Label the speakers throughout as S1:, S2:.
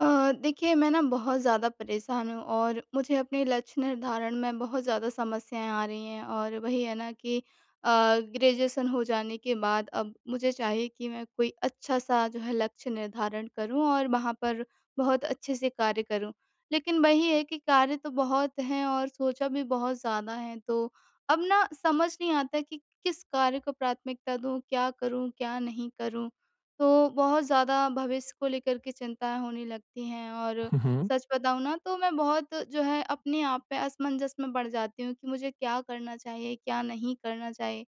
S1: देखिए मैं ना बहुत ज़्यादा परेशान हूँ और मुझे अपने लक्ष्य निर्धारण में बहुत ज़्यादा समस्याएं आ रही हैं और वही है ना कि अ, ग्रेजुएशन हो जाने के बाद अब मुझे चाहिए कि मैं कोई अच्छा सा जो है लक्ष्य निर्धारण करूँ और वहाँ पर बहुत अच्छे से कार्य करूँ। लेकिन वही है कि कार्य तो बहुत हैं और सोचा भी बहुत ज़्यादा है, तो अब ना समझ नहीं आता कि किस कार्य को प्राथमिकता दूँ, क्या करूँ क्या नहीं करूँ। तो बहुत ज़्यादा भविष्य को लेकर के चिंताएँ होने लगती हैं और
S2: हुँ, हुँ।
S1: सच बताऊँ ना तो मैं बहुत जो है अपने आप पे असमंजस में पड़ जाती हूँ कि मुझे क्या करना चाहिए, क्या नहीं करना चाहिए।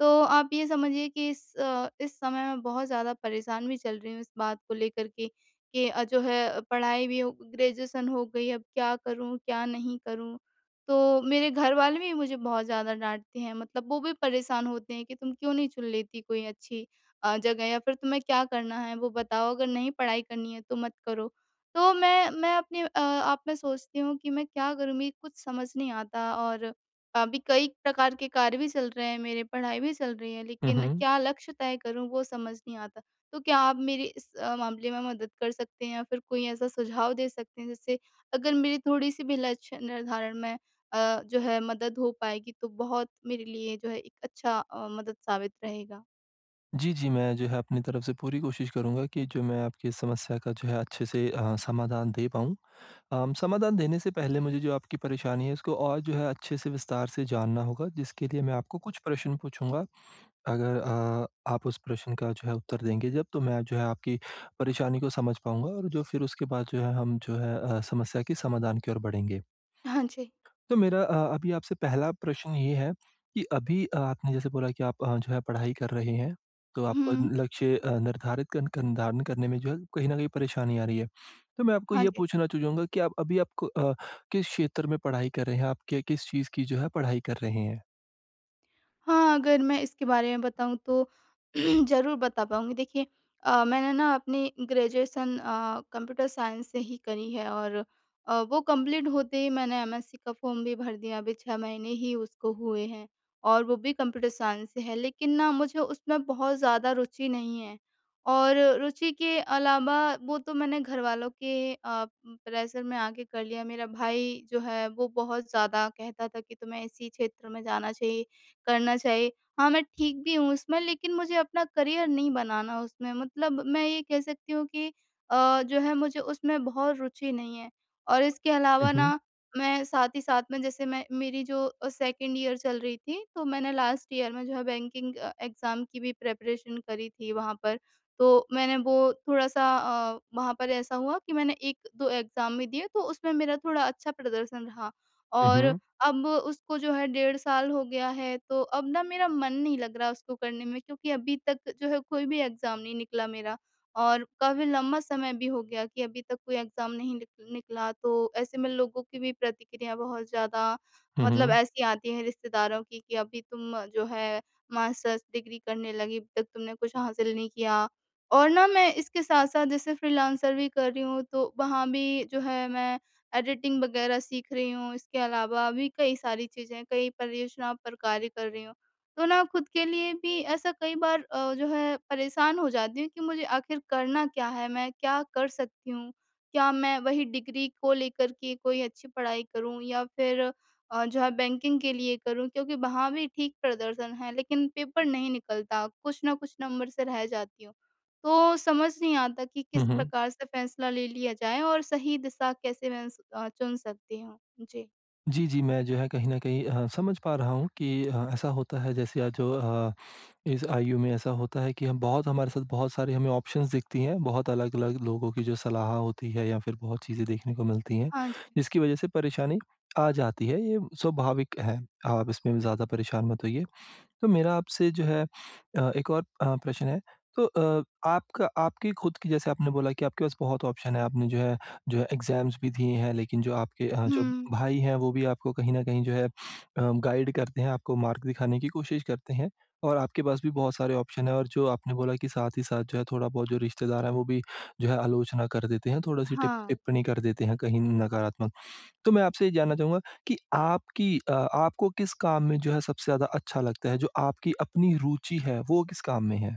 S1: तो आप ये समझिए कि इस इस समय मैं बहुत ज़्यादा परेशान भी चल रही हूँ इस बात को लेकर के कि जो है पढ़ाई भी हो ग्रेजुएशन हो गई, अब क्या करूँ, क्या नहीं करूँ? तो मेरे घर वाले भी मुझे बहुत ज़्यादा डाँटते हैं, मतलब वो भी परेशान होते हैं कि तुम क्यों नहीं चुन लेती कोई अच्छी जगह, या फिर तुम्हें क्या करना है वो बताओ, अगर नहीं पढ़ाई करनी है तो मत करो। तो मैं अपने आप में सोचती हूँ कि मैं क्या करूँगी, कुछ समझ नहीं आता। और अभी कई प्रकार के कार्य भी चल रहे हैं मेरे, पढ़ाई भी चल रही है,
S2: हुँ,
S1: लेकिन
S2: हुँ।
S1: क्या लक्ष्य तय करूँ वो समझ नहीं आता। तो क्या आप मेरी इस मामले में मदद कर सकते हैं या फिर कोई ऐसा सुझाव दे सकते हैं जिससे अगर मेरी थोड़ी-सी भी लक्ष्य निर्धारण में जो है मदद हो पाएगी तो बहुत मेरे लिए जो है एक अच्छा मदद साबित रहेगा?
S2: जी, जी, मैं जो है अपनी तरफ से पूरी कोशिश करूँगा कि जो मैं आपकी इस समस्या का जो है अच्छे से समाधान दे पाऊँ। समाधान देने से पहले मुझे जो आपकी परेशानी है उसको और जो है अच्छे से विस्तार से जानना होगा जिसके लिए मैं आपको कुछ प्रश्न पूछूँगा। अगर आप उस प्रश्न का जो है उत्तर देंगे जब तो मैं जो है आपकी परेशानी को समझ पाऊँगा और जो फिर उसके बाद जो है हम जो है समस्या के समाधान की ओर बढ़ेंगे।
S1: हाँ जी।
S2: तो मेरा अभी आपसे पहला प्रश्न ये है कि अभी आपने जैसे बोला कि आप जो है पढ़ाई कर रहे हैं, तो आपको
S1: हुँ।
S2: लक्ष्य निर्धारित कन कन निर्धारण करने में जो है कहीं न कहीं परेशानी आ रही है। तो मैं आपको
S1: हाँ
S2: ये
S1: जी।
S2: पूछना चाहूँगा कि आप अभी आपको किस क्षेत्र में पढ़ाई कर रहे हैं? आप के किस चीज़ की जो है पढ़ाई कर रहे हैं?
S1: हाँ, अगर मैं इसके बारे में बताऊँ तो ज़रूर बता पाऊँगी। देखिए मैंने ना अपनी ग्रेजुएशन कंप्यूटर साइंस से ही करी है और वो कंप्लीट होते ही मैंने एमएससी का फ़ॉर्म भी भर दिया। अभी 6 महीने ही उसको हुए हैं और वो भी कंप्यूटर साइंस से है। लेकिन ना मुझे उसमें बहुत ज़्यादा रुचि नहीं है और रुचि के अलावा वो तो मैंने घरवालों के प्रेशर में आके कर लिया। मेरा भाई जो है वो बहुत ज़्यादा कहता था कि तुम्हें इसी क्षेत्र में जाना चाहिए, करना चाहिए। हाँ, मैं ठीक भी हूँ उसमें, लेकिन मुझे अपना करियर नहीं बनाना उसमें, मतलब मैं ये कह सकती हूँ कि जो है मुझे उसमें बहुत रुचि नहीं है। और इसके
S2: हुँ,
S1: अलावा
S2: हुँ।
S1: ना मैं साथ ही साथ में, जैसे मैं मेरी जो सेकंड ईयर चल रही थी तो मैंने लास्ट ईयर में जो है बैंकिंग एग्ज़ाम की भी प्रिपरेशन करी थी वहाँ पर। तो मैंने वो थोड़ा-सा वहाँ पर ऐसा हुआ कि मैंने 1-2 एग्ज़ाम भी दिए तो उसमें मेरा थोड़ा अच्छा प्रदर्शन रहा।
S2: हुँ,
S1: और
S2: हुँ।
S1: अब उसको जो है डेढ़ साल हो गया है, तो अब ना मेरा मन नहीं लग रहा उसको करने में, क्योंकि अभी तक जो है कोई भी एग्ज़ाम नहीं निकला मेरा और काफ़ी लंबा समय भी हो गया कि अभी तक कोई एग्ज़ाम नहीं निकला। तो ऐसे में लोगों की भी प्रतिक्रिया बहुत ज़्यादा,
S2: हुँ,
S1: मतलब
S2: हुँ।
S1: ऐसी आती है रिश्तेदारों की कि अभी तुम जो है मास्टर्स डिग्री करने लगी, अभी तक तुमने कुछ हासिल नहीं किया। और ना मैं इसके साथ-साथ जैसे फ्रीलांसर भी कर रही हूँ, तो वहाँ भी जो है मैं एडिटिंग वगैरह सीख रही हूँ, इसके अलावा भी कई सारी चीज़ें हैं, कई परियोजनाओं पर कार्य कर रही हूँ। तो ना खुद के लिए भी ऐसा कई बार जो है परेशान हो जाती हूँ कि मुझे आखिर करना क्या है? मैं क्या कर सकती हूँ? क्या मैं वही डिग्री को लेकर के कोई अच्छी पढ़ाई करूँ या फिर जो है बैंकिंग के लिए करूँ? क्योंकि वहाँ भी ठीक प्रदर्शन है, लेकिन पेपर नहीं निकलता, कुछ ना कुछ नंबर से रह जाती हूँ। तो समझ नहीं आता कि
S2: हुँ,
S1: किस
S2: हुँ।
S1: प्रकार से फैसला ले लिया जाए और सही दिशा कैसे मैं चुन सकती हूँ? जी।
S2: जी, जी, मैं जो है कहीं न कहीं समझ पा रहा हूँ कि ऐसा होता है जैसे जो इस आयु में ऐसा होता है कि हम बहुत हमारे साथ बहुत सारे हमें ऑप्शंस दिखती हैं, बहुत अलग-अलग लोगों की जो सलाह होती है या फिर बहुत चीज़ें देखने को मिलती हैं,
S1: हाँ जी।
S2: जिसकी वजह से परेशानी आ जाती है, ये स्वाभाविक है। आप इसमें ज़्यादा परेशान मत होइए। तो मेरा आपसे जो है एक और प्रश्न है। तो आपका आपकी खुद की जैसे आपने बोला कि आपके पास बहुत ऑप्शन है, आपने जो है एग्ज़ाम्स भी दिए हैं, लेकिन जो आपके जो
S1: हुँ।
S2: भाई हैं, वो भी आपको कहीं न कहीं जो है गाइड करते हैं, आपको मार्ग दिखाने की कोशिश करते हैं और आपके पास भी बहुत सारे ऑप्शन हैं और जो आपने बोला कि साथ ही साथ जो है थोड़ा-बहुत जो रिश्तेदार हैं, वो भी जो है आलोचना कर देते हैं, थोड़ी-सी टिप
S1: हाँ।
S2: टिप्पणी कर देते हैं कहीं नकारात्मक। तो मैं आपसे ये जानना चाहूँगा कि आपकी आपको किस काम में जो है सबसे ज़्यादा अच्छा लगता है? जो आपकी अपनी रुचि है, वो किस काम में है?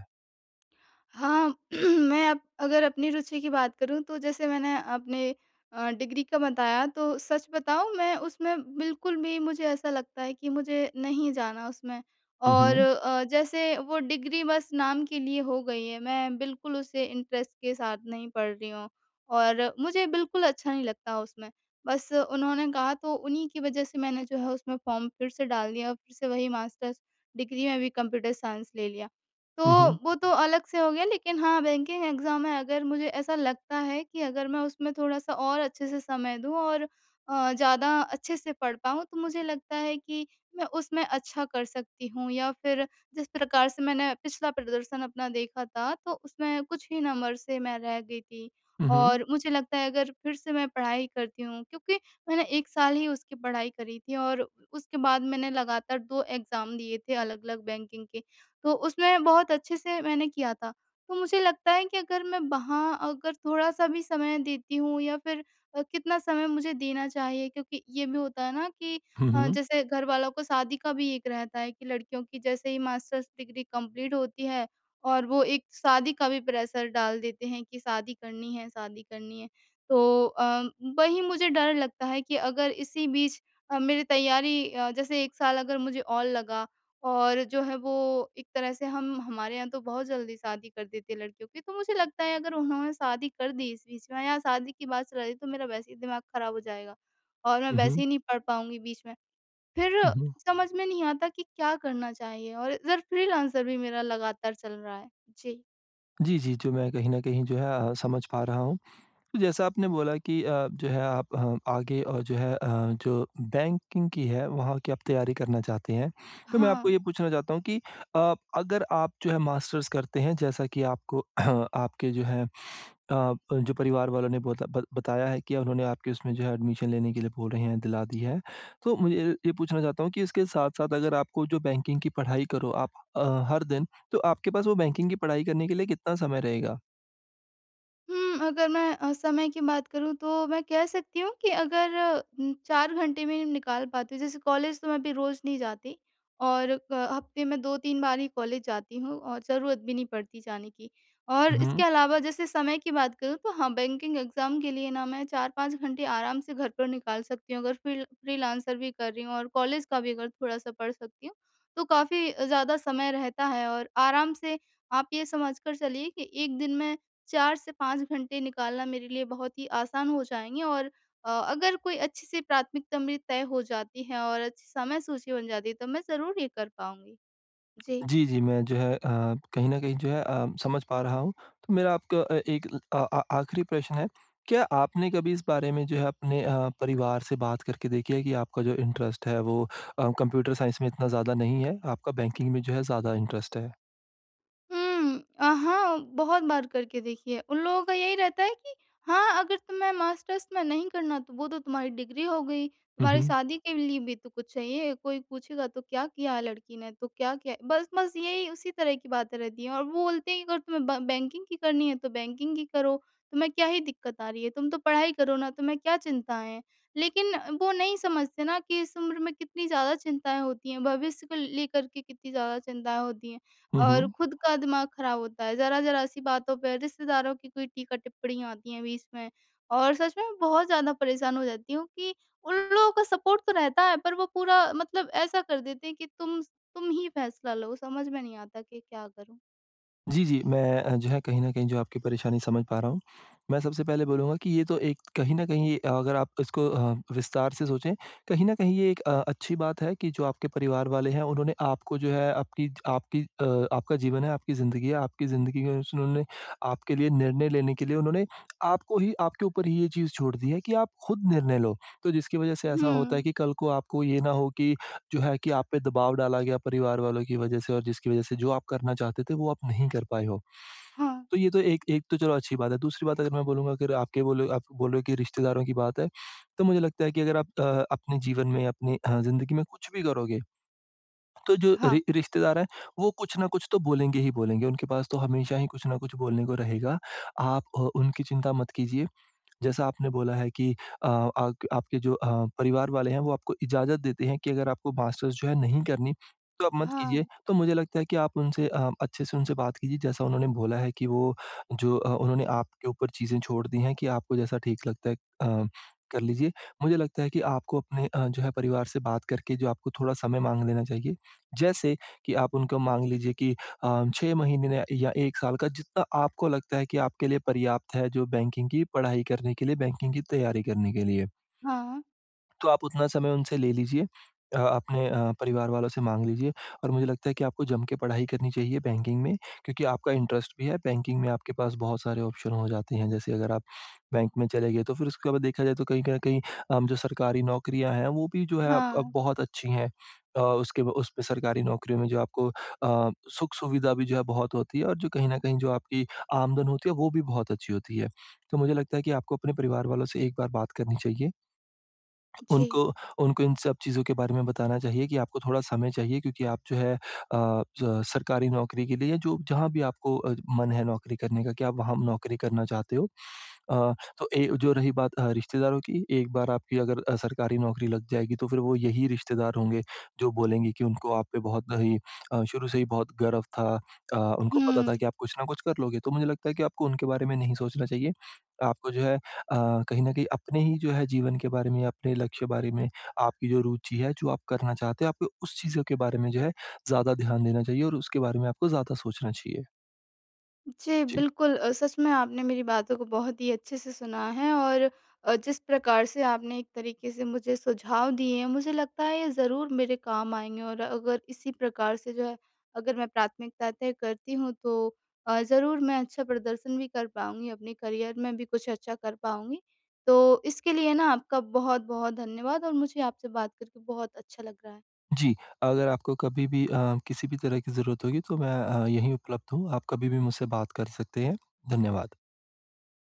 S1: हाँ, मैं अब अगर अपनी रुचि की बात करूँ तो जैसे मैंने अपने डिग्री का बताया, तो सच बताऊँ मैं उसमें बिल्कुल भी, मुझे ऐसा लगता है कि मुझे नहीं जाना उसमें, और
S2: उहुँ,
S1: जैसे वो डिग्री बस नाम के लिए हो गई है, मैं बिल्कुल उसे इंटरेस्ट के साथ नहीं पढ़ रही हूँ और मुझे बिल्कुल अच्छा नहीं लगता उसमें। बस उन्होंने कहा तो उन्हीं की वज़ह से मैंने जो है उसमें फ़ॉर्म फिर से डाल दिया और फिर से वही मास्टर्स डिग्री में भी कंप्यूटर साइंस ले लिया। तो
S2: उहुँ,
S1: वो तो अलग से हो गया लेकिन हाँ, बैंकिंग एग्ज़ाम है, अगर मुझे ऐसा लगता है कि अगर मैं उसमें थोड़ा-सा और अच्छे से समय दूँ और ज़्यादा अच्छे से पढ़ पाऊँ तो मुझे लगता है कि मैं उसमें अच्छा कर सकती हूँ। या फिर जिस प्रकार से मैंने पिछला प्रदर्शन अपना देखा था तो उसमें कुछ ही नंबर से मैं रह गई थी।
S2: उहुँ,
S1: और मुझे लगता है अगर फिर से मैं पढ़ाई करती हूँ, क्योंकि मैंने 1 साल ही उसकी पढ़ाई करी थी और उसके बाद मैंने लगातार 2 एग्ज़ाम दिए थे अलग-अलग बैंकिंग के। तो उसमें बहुत अच्छे से मैंने किया था। तो मुझे लगता है कि अगर मैं वहाँ अगर थोड़ा-सा भी समय देती हूँ या फिर कितना समय मुझे देना चाहिए, क्योंकि ये भी होता है ना कि
S2: उहुँ,
S1: जैसे घर वालों को शादी का भी एक रहता है कि लड़कियों की जैसे ही मास्टर्स डिग्री कंप्लीट होती है और वो एक शादी का भी प्रेशर डाल देते हैं कि शादी करनी है, शादी करनी है। तो वही मुझे डर लगता है कि अगर इसी बीच मेरी तैयारी जैसे 1 साल अगर मुझे और लगा और जो है वो एक तरह से हम हमारे यहाँ तो बहुत जल्दी शादी कर देते हैं लड़कियों की, तो मुझे लगता है अगर उन्होंने शादी कर दी इस बीच में या शादी की बात चला रही तो मेरा वैसे ही दिमाग खराब हो जाएगा और मैं वैसे
S2: उहुँ,
S1: ही नहीं पढ़ पाऊँगी बीच में। फिर
S2: उहुँ।
S1: समझ में नहीं आता कि क्या करना चाहिए, और इधर फ्रीलांसर भी मेरा लगातार चल रहा है। जी।
S2: जी, जी, जो मैं कहीं न कहीं जो है समझ पा रहा हूँ। तो जैसा आपने बोला कि जो है आप आगे और जो है जो बैंकिंग की है, वहाँ की आप तैयारी करना चाहते हैं। तो मैं आपको
S1: हाँ।
S2: ये पूछना चाहता हूँ कि अगर आप जो है मास्टर्स करते हैं, जैसा कि आपको आपके जो है जो परिवार वालों ने बोता ब बताया है कि उन्होंने आपके उसमें जो है एडमिशन लेने के लिए बोल रहे हैं, दिला दी है। तो मुझे ये पूछना चाहता हूँ कि इसके साथ-साथ अगर आपको जो बैंकिंग की पढ़ाई करो आप अ, हर दिन, तो आपके पास वो बैंकिंग की पढ़ाई करने के लिए कितना समय रहेगा?
S1: हुँ, अगर मैं समय की बात करूँ तो मैं कह सकती हूँ कि अगर 4 घंटे में निकाल पाती हूँ, जैसे कॉलेज तो मैं अभी रोज़ नहीं जाती, और हफ्ते में 2-3 बार ही कॉलेज जाती हूँ और ज़रूरत भी नहीं पड़ती जाने की। और
S2: हुँ,
S1: इसके
S2: हुँ।
S1: अलावा जैसे समय की बात करूँ तो हाँ, बैंकिंग एग्ज़ाम के लिए ना मैं 4-5 घंटे आराम से घर पर निकाल सकती हूँ, अगर फ्रीलांसर भी कर रही हूँ और कॉलेज का भी अगर थोड़ा-सा पढ़ सकती हूँ, तो काफ़ी ज़्यादा समय रहता है। और आराम से आप ये समझ कर चलिए कि 1 दिन में 4 से 5 घंटे निकालना मेरे लिए बहुत ही आसान हो जाएँगे और अगर कोई अच्छी सी प्राथमिकता मेरी तय हो जाती है और अच्छी समय सूची बन जाती है, तो मैं ज़रूर ये कर पाऊँगी। जी।
S2: जी, जी, मैं जो है कहीं न कहीं जो है समझ पा रहा हूँ। तो मेरा आपका एक आखिरी प्रश्न है, क्या आपने कभी इस बारे में जो है अपने परिवार से बात करके देखी है कि आपका जो इंटरेस्ट है वो कंप्यूटर साइंस में इतना ज़्यादा नहीं है, आपका बैंकिंग में जो है ज़्यादा इंटरेस्ट है?
S1: हुँ। हाँ, बहुत बार करके देखी है। उन लोगों का यही रहता है कि हाँ, अगर तुम्हें मास्टर्स में नहीं करना तो वो तो तुम्हारी डिग्री हो गई,
S2: हुँ,
S1: तुम्हारी
S2: हुँ।
S1: शादी के लिए भी तो कुछ चाहिए। कोई पूछेगा तो क्या किया है लड़की ने, तो क्या किया है? बस बस यही उसी तरह की बातें रहती हैं, और वो बोलते हैं कि अगर तुम्हें ब बैंकिंग की करनी है तो बैंकिंग की करो, तुम्हें क्या ही दिक्कत आ रही है? तुम तो पढ़ाई करो ना, तुम्हें क्या चिंताएँ हैं? लेकिन वो नहीं समझते ना कि इस उम्र में कितनी ज़्यादा चिंताएँ होती हैं, भविष्य को लेकर के कितनी ज़्यादा चिंताएँ होती हैं।
S2: हुँ,
S1: और
S2: हुँ।
S1: खुद का दिमाग खराब होता है, ज़रा-ज़रा सी बातों पे रिश्तेदारों की कोई टीका-टिप्पणियाँ आती हैं बीच में और सच में बहुत ज़्यादा परेशान हो जाती हूँ कि उन लोगों का सपोर्ट तो रहता है पर वो पूरा मतलब ऐसा कर देते हैं कि तुम ही फैसला लो, समझ में नहीं आता कि क्या करूँ?
S2: जी, जी। मैं जो है कहीं न कहीं जो आपकी परेशानी समझ पा रहा हूँ। मैं सबसे पहले बोलूँगा कि ये तो एक कहीं न कहीं ये, अगर आप इसको विस्तार से सोचें, कहीं न कहीं ये एक अच्छी बात है कि जो आपके परिवार वाले हैं उन्होंने आपको जो है आपकी आपकी अ, आपका जीवन है, आपकी ज़िंदगी में उन्होंने आपके लिए निर्णय लेने के लिए उन्होंने आपको ही आपके ऊपर ही ये चीज़ छोड़ दी है कि आप खुद निर्णय लो। तो जिसकी वज़ह से ऐसा होता है
S1: हुँ।
S2: कि कल को आपको ये ना हो कि जो है कि आप पे दबाव डाला गया परिवार वालों की वजह से और जिसकी वजह से जो आप करना चाहते थे वो आप नहीं कर पाए हो।
S1: हाँ,
S2: तो ये तो एक एक तो चलो अच्छी बात है। दूसरी बात अगर मैं बोलूँगा अगर आपके बोले आप बोल रहे हो कि रिश्तेदारों की बात है, तो मुझे लगता है कि अगर आप अपने जीवन में अपनी ज़िंदगी में कुछ भी करोगे, तो जो
S1: हाँ,
S2: रि रिश्तेदार हैं वो कुछ ना कुछ तो बोलेंगे ही बोलेंगे। उनके पास तो हमेशा ही कुछ ना कुछ बोलने को रहेगा। आप उनकी चिंता मत कीजिए। जैसा आपने बोला है कि अ, आक आपके जो परिवार वाले हैं वो आपको इजाज़त देते हैं कि अगर आपको मास्टर्स जो है नहीं करनी, तो आप मत
S1: हाँ,
S2: कीजिए। तो मुझे लगता है कि आप उनसे अच्छे से उनसे बात कीजिए जैसा उन्होंने बोला है कि वो जो उन्होंने आपके ऊपर चीज़ें छोड़ दी हैं कि आपको जैसा ठीक लगता है अ, कर लीजिए। मुझे लगता है कि आपको अपने जो है परिवार से बात करके जो आपको थोड़ा समय माँग लेना चाहिए। जैसे कि आप उनको माँग लीजिए कि अ, 6 महीने ने या 1 साल का जितना आपको लगता है कि आपके लिए पर्याप्त है जो बैंकिंग की पढ़ाई करने के लिए, बैंकिंग की तैयारी करने के लिए।
S1: हाँ,
S2: तो आप उतना समय उनसे ले लीजिए अपने परिवार वालों से माँग लीजिए और मुझे लगता है कि आपको जम के पढ़ाई करनी चाहिए बैंकिंग में क्योंकि आपका इंटरेस्ट भी है, बैंकिंग में आपके पास बहुत सारे ऑप्शन हो जाते हैं, जैसे अगर आप बैंक में चले गए तो फिर उसके बाद देखा जाए तो कहीं न कहीं जो सरकारी नौकरियाँ हैं वो भी जो है अब
S1: हाँ,
S2: अब बहुत अच्छी हैं। अ, उसके ब उसमें सरकारी नौकरियों में जो आपको सुख-सुविधा भी जो है बहुत होती है और जो कहीं न कहीं जो आपकी आमदन होती है वो भी बहुत अच्छी होती है। तो मुझे लगता है कि आपको अपने परिवार वालों से एक बार बात करनी चाहिए।
S1: जी।
S2: उनको उनको इन सब चीज़ों के बारे में बताना चाहिए कि आपको थोड़ा समय चाहिए क्योंकि आप जो है अ, ज सरकारी नौकरी के लिए जो जहाँ भी आपको मन है नौकरी करने का कि आप वहाँ नौकरी करना चाहते हो। अ, तो ए जो रही बात रिश्तेदारों की, एक बार आपकी अगर सरकारी नौकरी लग जाएगी तो फिर वो यही रिश्तेदार होंगे जो बोलेंगे कि उनको आप पे बहुत ही शुरू से ही बहुत गर्व था। उनको पता था
S1: हुँ।
S2: कि आप कुछ ना कुछ कर लोगे, तो मुझे लगता है कि आपको उनके बारे में नहीं सोचना चाहिए। आपको जो है कहीं न कहीं अपने ही जो है जीवन के बारे में, अपने लक्ष्य बारे में, आपकी जो रुचि है, जो आप करना चाहते हो, आपको उस चीज़ों के बारे में जो है ज़्यादा ध्यान देना चाहिए और उसके बारे में आपको ज़्यादा सोचना चाहिए।
S1: जी,
S2: जी।
S1: बिल्कुल। सच में आपने मेरी बातों को बहुत ही अच्छे से सुना है और जिस प्रकार से आपने एक तरीके से मुझे सुझाव दिए हैं, मुझे लगता है ये ज़रूर मेरे काम आएँगे। और अगर इसी प्रकार से जो है, अगर मैं प्राथमिकता तय करती हूँ तो ज़रूर मैं अच्छा प्रदर्शन भी कर पाऊँगी, अपने करियर में भी कुछ अच्छा कर पाऊँगी। तो इसके लिए ना आपका बहुत-बहुत धन्यवाद और मुझे आपसे बात करके बहुत अच्छा लग रहा है।
S2: जी, अगर आपको कभी भी किसी भी तरह की ज़रूरत होगी तो मैं यहीं उपलब्ध हूँ। आप कभी भी मुझसे बात कर सकते हैं। धन्यवाद।